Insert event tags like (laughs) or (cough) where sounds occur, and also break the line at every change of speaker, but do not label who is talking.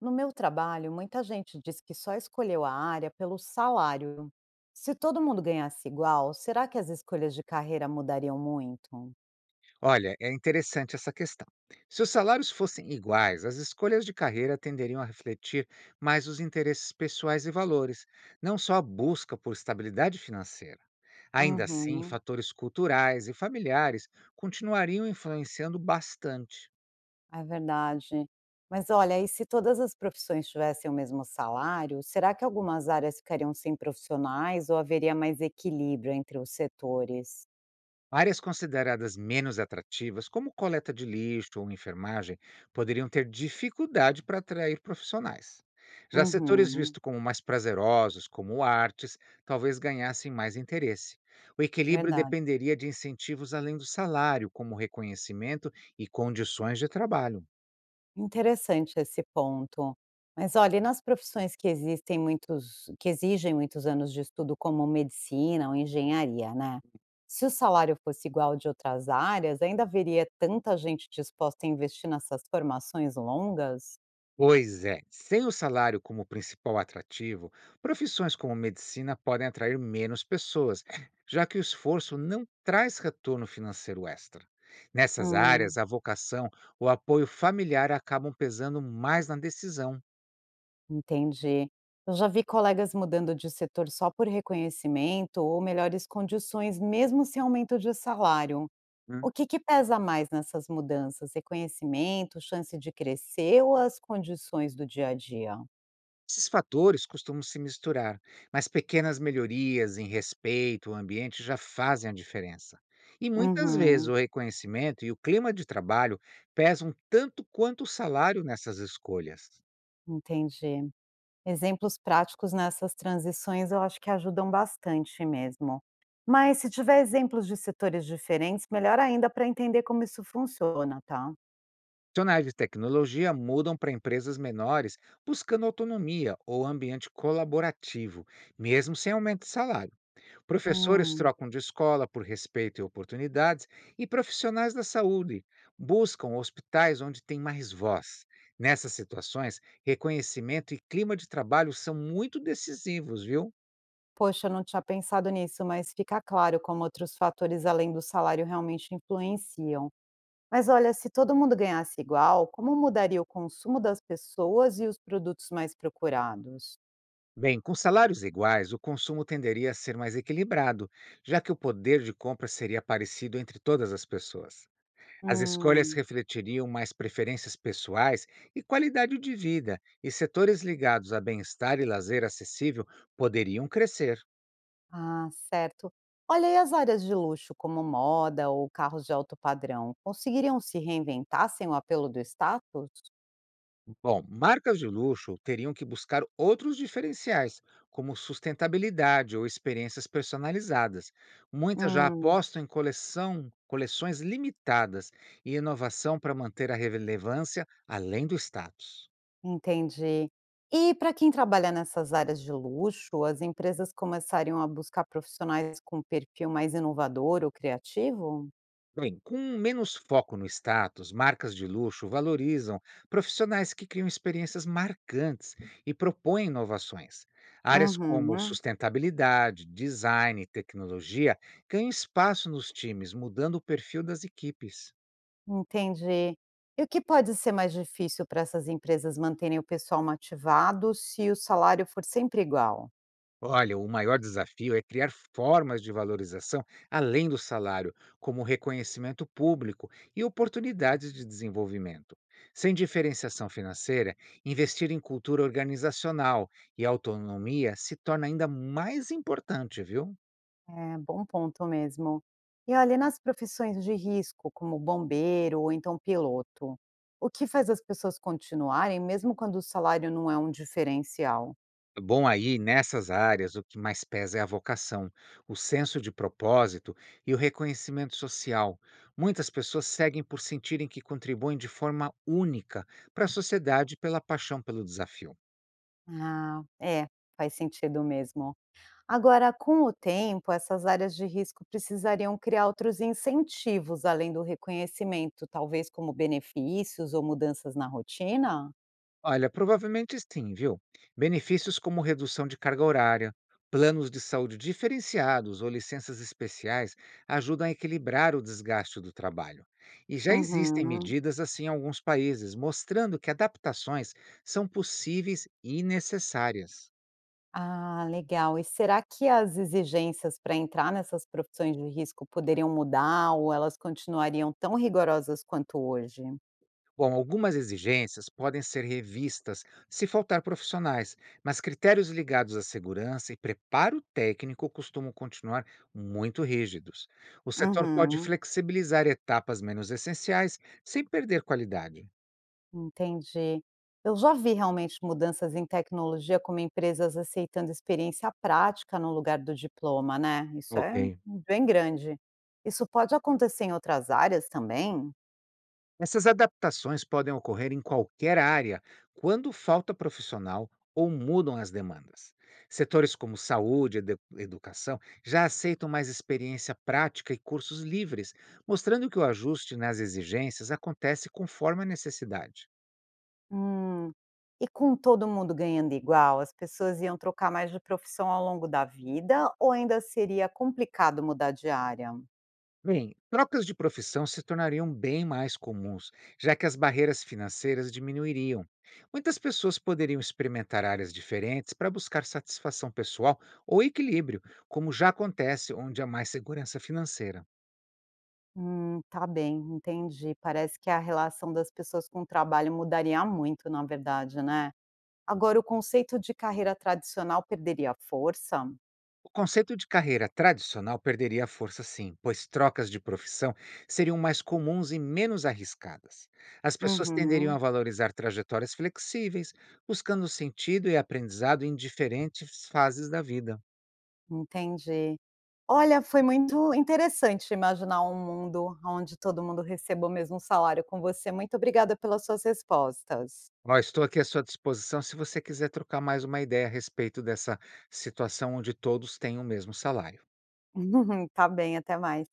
No meu trabalho, muita gente diz que só escolheu a área pelo salário. Se todo mundo ganhasse igual, será que as escolhas de carreira mudariam muito?
Olha, é interessante essa questão. Se os salários fossem iguais, as escolhas de carreira tenderiam a refletir mais os interesses pessoais e valores, não só a busca por estabilidade financeira. Ainda assim,
Uhum,
fatores culturais e familiares continuariam influenciando bastante.
é verdade. Mas olha, e se todas as profissões tivessem o mesmo salário, será que algumas áreas ficariam sem profissionais ou haveria mais equilíbrio entre os setores?
Áreas consideradas menos atrativas, como coleta de lixo ou enfermagem, poderiam ter dificuldade para atrair profissionais. Já setores
Uhum,
vistos como mais prazerosos, como artes, talvez ganhassem mais interesse. O equilíbrio
verdade.
dependeria de incentivos além do salário, como reconhecimento e condições de trabalho.
Interessante esse ponto. Mas olha, e nas profissões que existem muitos que exigem muitos anos de estudo, como medicina ou engenharia, né? Se o salário fosse igual ao de outras áreas, ainda haveria tanta gente disposta a investir nessas formações longas?
Pois é, sem o salário como principal atrativo, profissões como medicina podem atrair menos pessoas, já que o esforço não traz retorno financeiro extra. Nessas
Hum,
áreas, a vocação ou apoio familiar acabam pesando mais na decisão,
entendi. Eu já vi colegas mudando de setor só por reconhecimento ou melhores condições, mesmo sem aumento de salário.
né?
O que que pesa mais nessas mudanças? Reconhecimento, chance de crescer ou as condições do dia a dia?
Esses fatores costumam se misturar, mas pequenas melhorias em respeito ao ambiente já fazem a diferença. E muitas vezes
Uhum,
o reconhecimento e o clima de trabalho pesam tanto quanto o salário nessas escolhas.
entendi. Exemplos práticos nessas transições eu acho que ajudam bastante mesmo. Mas se tiver exemplos de setores diferentes, melhor ainda para entender como isso funciona, tá?
Profissionais de tecnologia mudam para empresas menores buscando autonomia ou ambiente colaborativo, mesmo sem aumento de salário. Professores
Hum,
trocam de escola por respeito e oportunidades, e profissionais da saúde buscam hospitais onde tem mais voz. Nessas situações, reconhecimento e clima de trabalho são muito decisivos, viu?
poxa, eu não tinha pensado nisso, mas fica claro como outros fatores além do salário realmente influenciam. Mas olha, se todo mundo ganhasse igual, como mudaria o consumo das pessoas e os produtos mais procurados?
Bem, com salários iguais, o consumo tenderia a ser mais equilibrado, já que o poder de compra seria parecido entre todas as pessoas. As escolhas
Hum,
refletiriam mais preferências pessoais e qualidade de vida, e setores ligados a bem-estar e lazer acessível poderiam crescer.
ah, certo. Olha, e as áreas de luxo, como moda ou carros de alto padrão, conseguiriam se reinventar sem o apelo do status?
Bom, marcas de luxo teriam que buscar outros diferenciais, como sustentabilidade ou experiências personalizadas. Muitas já
Hum,
apostam em coleções limitadas e inovação para manter a relevância além do status.
entendi. E para quem trabalha nessas áreas de luxo, as empresas começariam a buscar profissionais com perfil mais inovador ou criativo?
Bem, com menos foco no status, marcas de luxo valorizam profissionais que criam experiências marcantes e propõem inovações. Áreas como
Uhum.
sustentabilidade, design e tecnologia ganham espaço nos times, mudando o perfil das equipes.
Entendi. E o que pode ser mais difícil para essas empresas manterem o pessoal motivado se o salário for sempre igual?
Olha, o maior desafio é criar formas de valorização além do salário, como reconhecimento público e oportunidades de desenvolvimento. Sem diferenciação financeira, investir em cultura organizacional e autonomia se torna ainda mais importante, viu?
É, bom ponto mesmo. E olha, nas profissões de risco, como bombeiro ou então piloto, o que faz as pessoas continuarem mesmo quando o salário não é um diferencial?
Bom, aí nessas áreas o que mais pesa é a vocação, o senso de propósito e o reconhecimento social. Muitas pessoas seguem por sentirem que contribuem de forma única para a sociedade pela paixão pelo desafio.
Ah, é, faz sentido mesmo. Agora, com o tempo, essas áreas de risco precisariam criar outros incentivos além do reconhecimento, talvez como benefícios ou mudanças na rotina?
Olha, provavelmente sim, viu? Benefícios como redução de carga horária, planos de saúde diferenciados ou licenças especiais ajudam a equilibrar o desgaste do trabalho. E já existem
Uhum.
medidas assim em alguns países, mostrando que adaptações são possíveis e necessárias.
Ah, legal. E será que as exigências para entrar nessas profissões de risco poderiam mudar ou elas continuariam tão rigorosas quanto hoje?
Bom, algumas exigências podem ser revistas se faltar profissionais, mas critérios ligados à segurança e preparo técnico costumam continuar muito rígidos. O setor pode
Uhum.
flexibilizar etapas menos essenciais sem perder qualidade.
Entendi. Eu já vi realmente mudanças em tecnologia, como empresas aceitando experiência prática no lugar do diploma, né? Isso é
Ok.
bem grande. Isso pode acontecer em outras áreas também?
Essas adaptações podem ocorrer em qualquer área, quando falta profissional ou mudam as demandas. Setores como saúde e educação já aceitam mais experiência prática e cursos livres, mostrando que o ajuste nas exigências acontece conforme a necessidade.
Hum. E com todo mundo ganhando igual, as pessoas iam trocar mais de profissão ao longo da vida ou ainda seria complicado mudar de área?
Bem, trocas de profissão se tornariam bem mais comuns, já que as barreiras financeiras diminuiriam. Muitas pessoas poderiam experimentar áreas diferentes para buscar satisfação pessoal ou equilíbrio, como já acontece onde há mais segurança financeira.
Tá bem, entendi. Parece que a relação das pessoas com o trabalho mudaria muito, na verdade, né? Agora o conceito de carreira tradicional perderia força?
O conceito de carreira tradicional perderia a força sim, pois trocas de profissão seriam mais comuns e menos arriscadas. As pessoas tenderiam
Uhum,
a valorizar trajetórias flexíveis, buscando sentido e aprendizado em diferentes fases da vida.
entendi. Olha, foi muito interessante imaginar um mundo onde todo mundo receba o mesmo salário com você. Muito obrigada pelas suas respostas.
Ó, estou aqui à sua disposição se você quiser trocar mais uma ideia a respeito dessa situação onde todos têm o mesmo salário.
(laughs) Tá bem, até mais.